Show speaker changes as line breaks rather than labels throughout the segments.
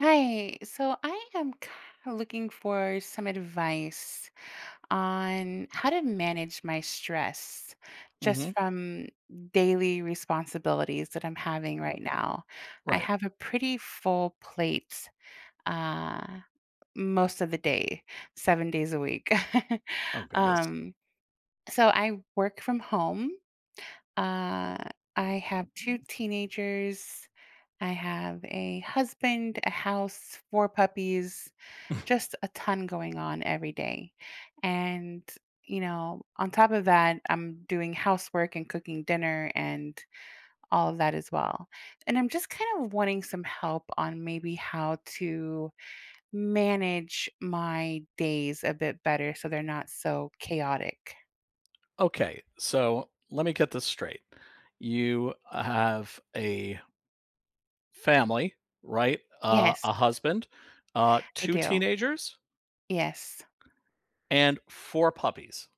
Hi, so I am looking for some advice on how to manage my stress just
Mhm.
from daily responsibilities that I'm having right now. I
Right.
have a pretty full plate uh, most of the day, 7 days a week.
Oh, goodness.
um, so I work from home. Uh, I have two teenagers. I have a husband, a house, four puppies just a ton going on every day. And, you know, on top of that, I'm doing housework and cooking dinner and all of that as well. And I'm just kind of wanting some help on maybe how to manage my days a bit better so they're not so chaotic.
Okay, so let me get this straight. You have a family, right?
Yes,
A husband,
I
2
do.
teenagers,
Yes.
and 4 puppies.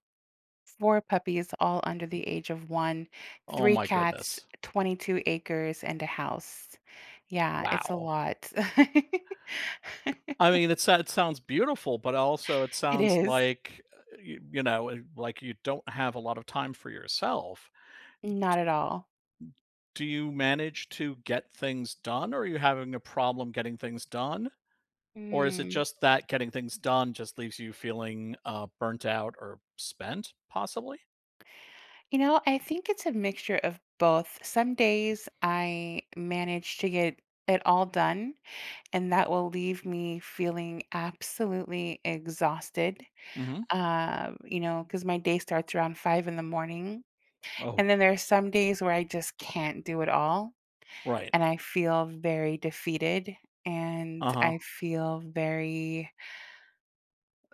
Four puppies, all under the age of one,
Oh
three
my
cats,
goodness.
22 acres, and a house. Yeah, it's a
Wow.
lot.
I mean, it sounds beautiful, but also it
It
sounds
is.
like, like you don't have a lot of time for yourself.
Not at all.
Do you manage to get things done? Or are you having a problem getting things done? Or is it
Mm.
just that getting things done just leaves you feeling burnt out or spent, possibly?
You know, I think it's a mixture of both. Some days I manage to get it all done, and that will leave me feeling absolutely exhausted.
Hmm.
You know, because my day starts around five in the morning. And
Oh.
then there's some days where I just can't do it all,
Right.
and I feel very defeated and
Uh huh.
I feel very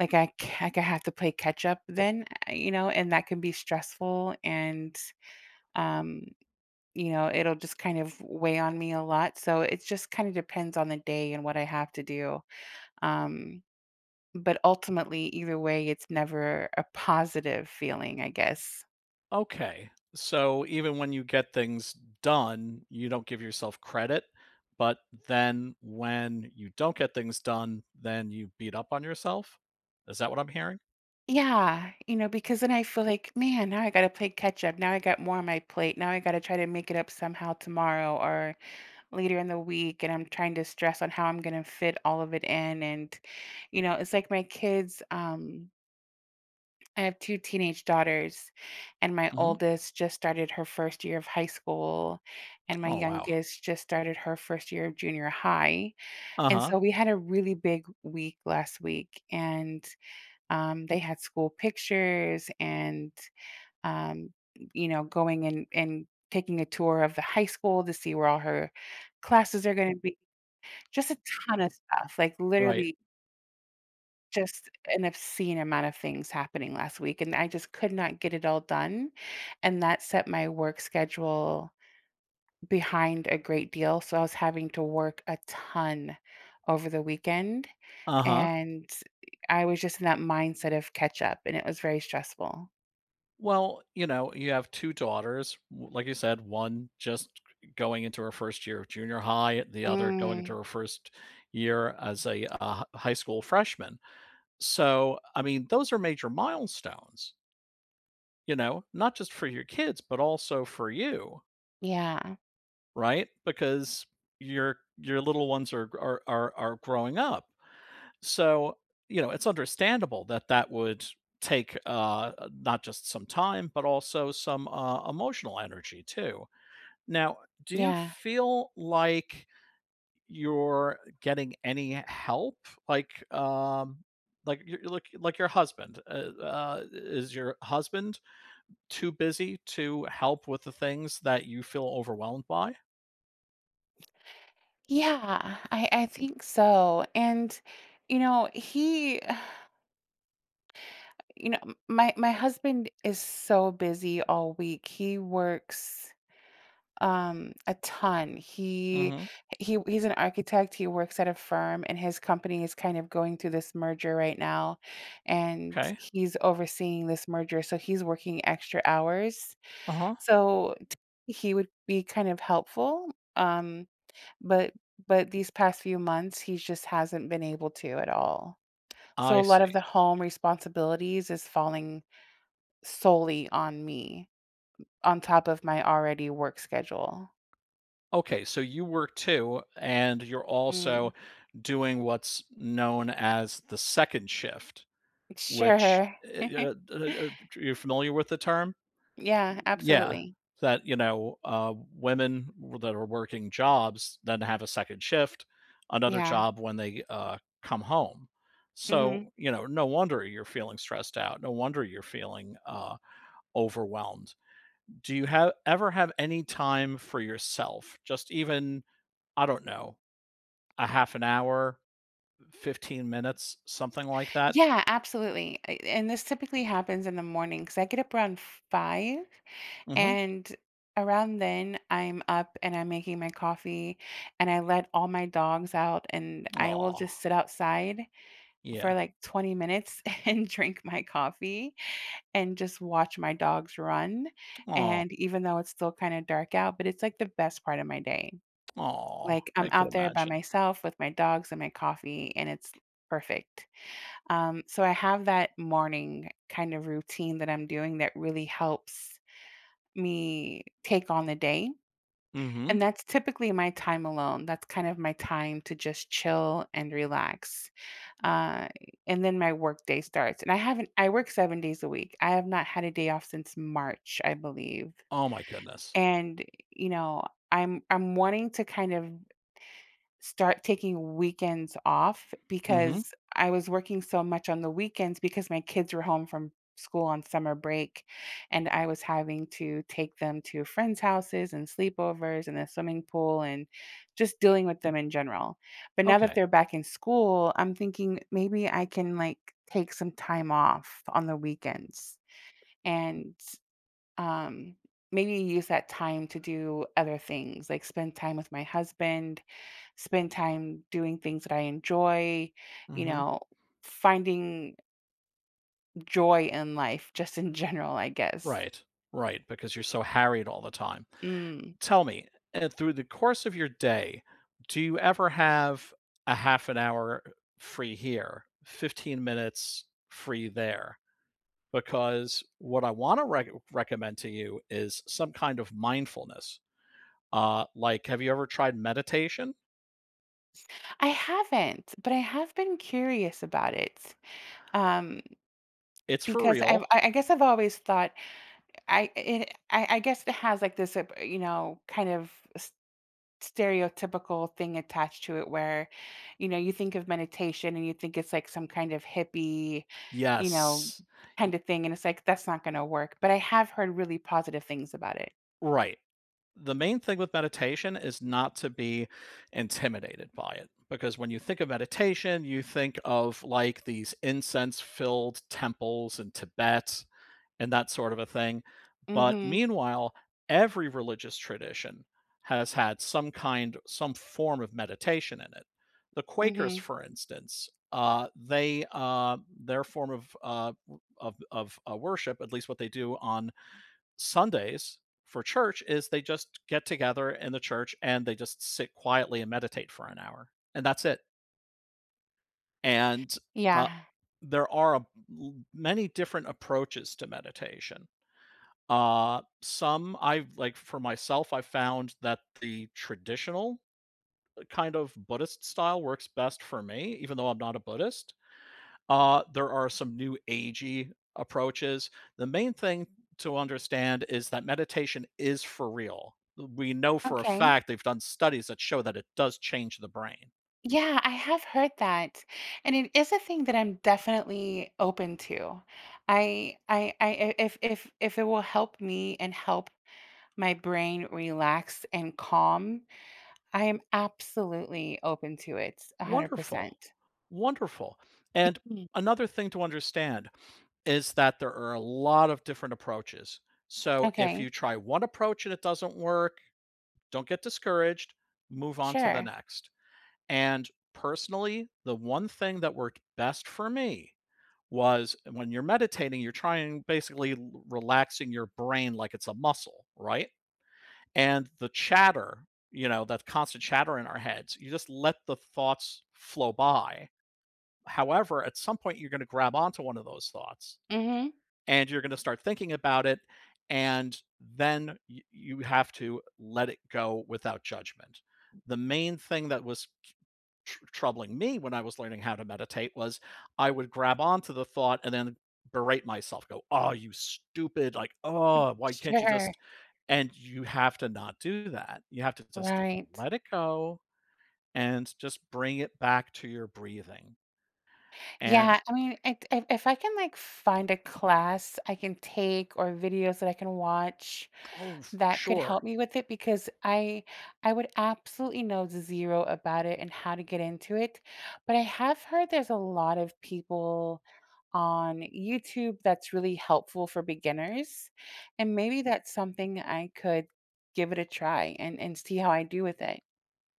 Like, I c Like, I have to play catch up then, you know, and that can be stressful and, um, you know, it'll just kind of weigh on me a lot, so it just kinda depends on the day and what I have to do, um, but ultimately, either way, it's never a positive feeling, I guess.
Okay. So even when you get things done, you don't give yourself credit. But then when you don't get things done, then you beat up on yourself. Is that what I'm hearing?
Yeah, you know, because then I feel like, "Man, now I gotta play catch up, now I got more on my plate, now I gotta try to make it up somehow tomorrow," or later in the week and I'm trying to stress on how I'm going to fit all of it in, and you know it's like my kids. I have two teenage daughters, and my
Hmm.
oldest just started her first year of high school, and my
Oh, wow.
youngest just started her first year of junior high.
Uh
And
huh.
so we had a really big week last week, and they had school pictures, and um you know, going and taking a tour of the high school to see where all her classes are going to be. Just a ton of stuff, like,
Right.
literally just an obscene amount of things happening last week, and I just could not get it all done, and that set my work schedule behind a great deal, so I was having to work a ton over the weekend,
Uh huh.
and I was just in that mindset of catch up, and it was very stressful.
Well, you know, you have 2 daughters, w like you said, one just going into her first year of junior high, the other going into
Mm.
her first year as a, high school freshman. So, I mean, those are major milestones, you know, not just for your kids, but also for you,
Yeah.
right? Because your little ones are growing up. So, you know, it's understandable that that would take not just some time, but also some emotional energy too. Now, do you
Yeah.
feel like you're getting any help? Like, um, like your husband is your husband too busy to help with the things that you feel overwhelmed by?
Yeah, I think so, and, you know, he You know, m my my husband is so busy all week. He works, a ton. He
Hmm.
he he's an architect, he works at a firm, and his company is kind of going through this merger right now, and
Okay.
he's overseeing this merger, so he's working extra hours.
Uh huh.
So, t he would be kind of helpful, um, but but these past few months, he just hasn't been able to at all. So
I
a lot of
see.
the home responsibilities is falling solely on me, on top of my already work schedule.
Okay, so you work too, and you're
Mm.
also doing what's known as the second shift, which
Sure.
uh, uh, you're familiar with the term?
Yeah,
Yeah,
absolutely.
that you know, women that are working jobs then have a second shift, another
Yeah,
job when they come home.
mhm.
So you know, no wonder you're feeling stressed out. No wonder you're feeling overwhelmed. Do you have ever have any time for yourself? Just even I don't know, a half an hour, 15 minutes, something like that.
Yeah, absolutely, a and this typically happens in the morning because I get up around five,
Mhm.
and around then, I'm up and I'm making my coffee, and I let all my dogs out, and I will
Aw,
just sit outside for,
yeah.
like, 20 minutes and drink my coffee, and just watch my dogs run.
Oh,
And even though it's still kind of dark out, but it's like the best part of my day.
oh,
Like, I'm
I can
out there by
imagine.
myself with my dogs and my coffee, and it's perfect. So I have that morning kind of routine that I'm doing that really helps me take on the day.
Mhm.
And that's typically my time alone. That's kind of my time to just chill and relax, uh, and then my work day starts. And I haven't, I work 7 days a week. I have not had a day off since March, I believe.
Oh my goodness.
And, you know, I'm wanting to kind of start taking weekends off
Mhm.
because I was working so much on the weekends because my kids were home from school on summer break, and I was having to take them to friends' houses and sleepovers and the swimming pool and just dealing with them in general. But now that
Okay.
they're back in school, I'm thinking maybe I can like take some time off on the weekends and um maybe use that time to do other things, like spend time with my husband, spend time doing things that I enjoy, you
Mhm.
know, finding joy in life just in general, I guess.
Right. Right, because you're so harried all the time.
Mm.
Tell me, through the course of your day, do you ever have a half an hour free here, 15 minutes free there? Because what I wanna recommend to you is some kind of mindfulness. Like, have you ever tried meditation?
I haven't, but I have been curious about it. Um,
It's for
because I've,
real.
I I guess I've always thought, I guess it has like this, you know, kind of stereotypical thing attached to it where, you know, you think of meditation and you think it's like some kind of hippie, you know,
Yes.
kind
Y-
of thing. And it's like, that's not going to work. But I have heard really positive things about it.
Right. The main thing with meditation is not to be intimidated by it, because when you think of meditation, you think of like these incense filled temples in Tibet and that sort of a thing.
Mm
But
hmm.
meanwhile, every religious tradition has had some form of meditation in it. The
Mm
Quakers,
hmm.
for instance, they their form of worship, at least what they do on Sundays for church, is they just get together in the church and they just sit quietly and meditate for an hour, and that's it. And uh,
Yeah.
there are a, many different approaches to meditation. Some I've like For myself, I found that the traditional kind of Buddhist style works best for me, even though I'm not a Buddhist. There are some new agey approaches. The main thing to understand is that meditation is for real. We know for a
Okay.
fact they've done studies that show that it does change the brain.
Yeah, I have heard that. And it is a thing that I'm definitely open to. If it will help me and help my brain relax and calm, I am absolutely open to it,
Wonderful,
100%.
wonderful. And
Mm.
another thing to understand is that there are a lot of different approaches. So if
Okay,
you try one approach and it doesn't work, don't get discouraged, move on to the
sure.
next. And personally, the one thing that worked best for me was, when you're meditating, you're trying, basically, relaxing your brain like it's a muscle, right? And the chatter, you know, that constant chatter in our heads, you just let the thoughts flow by. However, at some point, you're going to grab onto one of those thoughts
Mhm.
and you're going to start thinking about it, and then you have to let it go without judgment. The main thing that was troubling me when I was learning how to meditate was I would grab onto the thought and then berate myself, go, oh, you stupid, like, oh, why can't you
Sure,
just, and you have to not do that. You have to just
right.
let it go and just bring it back to your breathing.
Yeah,
And
I mean, it if I can, like, find a class I can take or videos that I can watch that could help
sure,
me with it, because I would absolutely know zero about it and how to get into it. But I have heard there's a lot of people on YouTube that's really helpful for beginners. And maybe that's something I could give it a try and see how I do with it.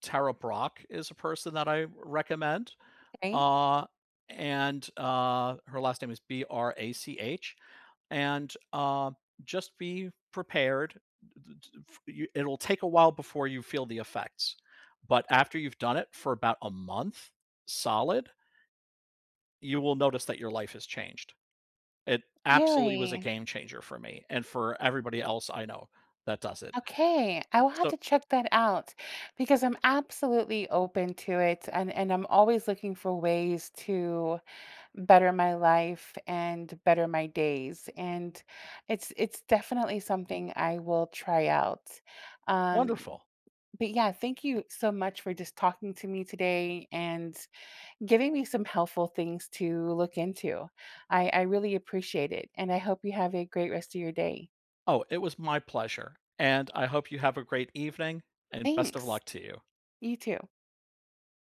Tara Brock is a person that I recommend.
Okay.
Uh, and her last name is Brach. And just be prepared. It'll take a while before you feel the effects. But after you've done it for about a month solid, you will notice that your life has changed. It absolutely was a
Really?
game changer for me and for everybody else I know that does it.
Okay. I will have
So
to check that out because I'm absolutely open to it, and I'm always looking for ways to better my life and better my days, and it's definitely something I will try out. um
wonderful.
but yeah, thank you so much for just talking to me today and giving me some helpful things to look into. I really appreciate it, and I hope you have a great rest of your day.
Oh, it was my pleasure, and I hope you have a great evening, and best of
Thanks.
luck to you.
You too.